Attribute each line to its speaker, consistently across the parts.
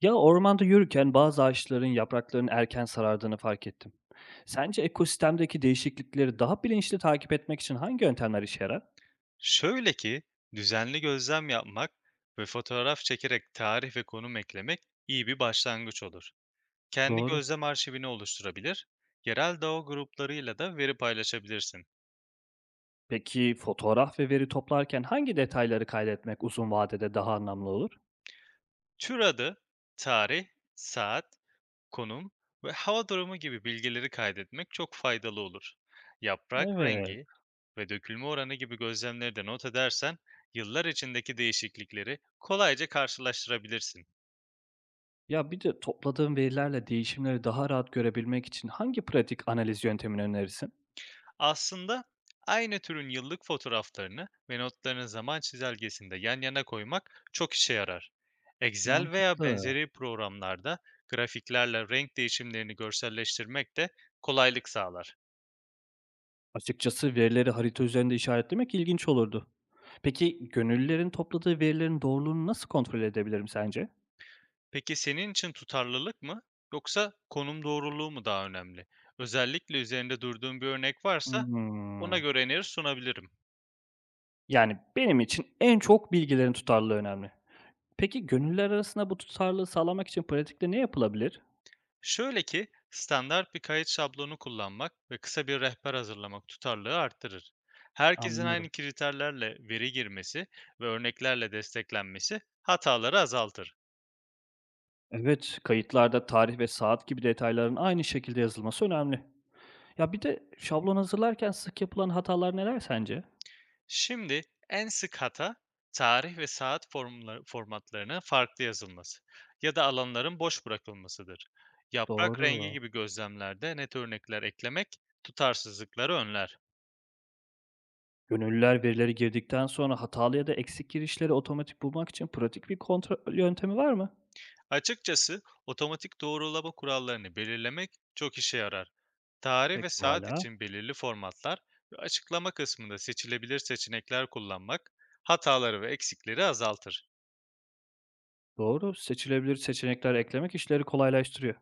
Speaker 1: Ya ormanda yürürken bazı ağaçların yapraklarının erken sarardığını fark ettim. Sence ekosistemdeki değişiklikleri daha bilinçli takip etmek için hangi yöntemler işe yarar?
Speaker 2: Şöyle ki, düzenli gözlem yapmak ve fotoğraf çekerek tarih ve konum eklemek iyi bir başlangıç olur. Kendi
Speaker 1: Doğru.
Speaker 2: gözlem arşivini oluşturabilir, yerel doğa gruplarıyla da veri paylaşabilirsin.
Speaker 1: Peki fotoğraf ve veri toplarken hangi detayları kaydetmek uzun vadede daha anlamlı olur?
Speaker 2: Tür adı, tarih, saat, konum ve hava durumu gibi bilgileri kaydetmek çok faydalı olur. Yaprak
Speaker 1: Evet.
Speaker 2: rengi ve dökülme oranı gibi gözlemleri de not edersen, yıllar içindeki değişiklikleri kolayca karşılaştırabilirsin.
Speaker 1: Ya bir de topladığım verilerle değişimleri daha rahat görebilmek için hangi pratik analiz yöntemini önerirsin?
Speaker 2: Aslında aynı türün yıllık fotoğraflarını ve notlarını zaman çizelgesinde yan yana koymak çok işe yarar. Excel veya
Speaker 1: Mantıklı.
Speaker 2: benzeri programlarda grafiklerle renk değişimlerini görselleştirmek de kolaylık sağlar.
Speaker 1: Açıkçası verileri harita üzerinde işaretlemek ilginç olurdu. Peki gönüllülerin topladığı verilerin doğruluğunu nasıl kontrol edebilirim sence?
Speaker 2: Peki senin için tutarlılık mı yoksa konum doğruluğu mu daha önemli? Özellikle üzerinde durduğun bir örnek varsa ona
Speaker 1: Hımm.
Speaker 2: göre öneri sunabilirim.
Speaker 1: Yani, benim için en çok bilgilerin tutarlılığı önemli. Peki, gönüller arasında bu tutarlılığı sağlamak için pratikte ne yapılabilir?
Speaker 2: Şöyle ki, standart bir kayıt şablonu kullanmak ve kısa bir rehber hazırlamak tutarlılığı arttırır. Herkesin
Speaker 1: Anlıyorum.
Speaker 2: aynı kriterlerle veri girmesi ve örneklerle desteklenmesi hataları azaltır.
Speaker 1: Evet, kayıtlarda tarih ve saat gibi detayların aynı şekilde yazılması önemli. Ya, bir de şablon hazırlarken sık yapılan hatalar neler sence?
Speaker 2: Şimdi en sık hata tarih ve saat formatlarının farklı yazılması ya da alanların boş bırakılmasıdır. Yaprak rengi
Speaker 1: Doğru.
Speaker 2: gibi gözlemlerde net örnekler eklemek tutarsızlıkları önler.
Speaker 1: Gönüllüler verileri girdikten sonra hatalı ya da eksik girişleri otomatik bulmak için pratik bir kontrol yöntemi var mı?
Speaker 2: Açıkçası otomatik doğrulama kurallarını belirlemek çok işe yarar. Tarih ve saat
Speaker 1: Pekâlâ.
Speaker 2: için belirli formatlar ve açıklama kısmında seçilebilir seçenekler kullanmak hataları ve eksikleri azaltır.
Speaker 1: Doğru, seçilebilir seçenekler eklemek işleri kolaylaştırıyor.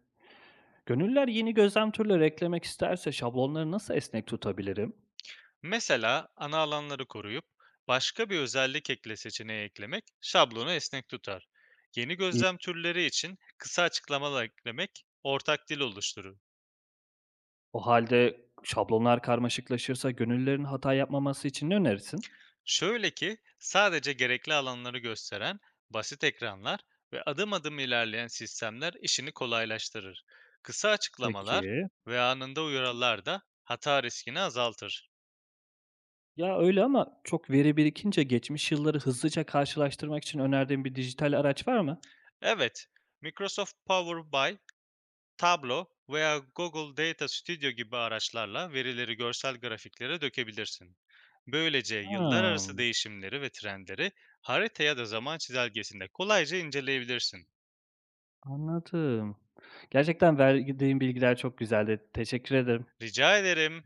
Speaker 1: Gönüller yeni gözlem türleri eklemek isterse şablonları nasıl esnek tutabilirim?
Speaker 2: Mesela ana alanları koruyup başka bir özellik ekle seçeneği eklemek şablonu esnek tutar. Yeni
Speaker 1: İyi.
Speaker 2: gözlem türleri için kısa açıklamalar eklemek ortak dil oluşturur.
Speaker 1: O halde şablonlar karmaşıklaşırsa gönüllerin hata yapmaması için ne önerirsin?
Speaker 2: Şöyle ki sadece gerekli alanları gösteren basit ekranlar ve adım adım ilerleyen sistemler işini kolaylaştırır. Kısa açıklamalar
Speaker 1: Peki.
Speaker 2: ve anında uyarılar da hata riskini azaltır.
Speaker 1: Ya öyle ama çok veri birikince geçmiş yılları hızlıca karşılaştırmak için önerdiğin bir dijital araç var mı?
Speaker 2: Evet, Microsoft Power BI, Tableau veya Google Data Studio gibi araçlarla verileri görsel grafiklere dökebilirsin. Böylece yıllar arası
Speaker 1: Ha,
Speaker 2: değişimleri ve trendleri harita ya da zaman çizelgesinde kolayca inceleyebilirsin.
Speaker 1: anladım. Gerçekten verdiğin bilgiler çok güzeldi. Teşekkür ederim.
Speaker 2: Rica ederim.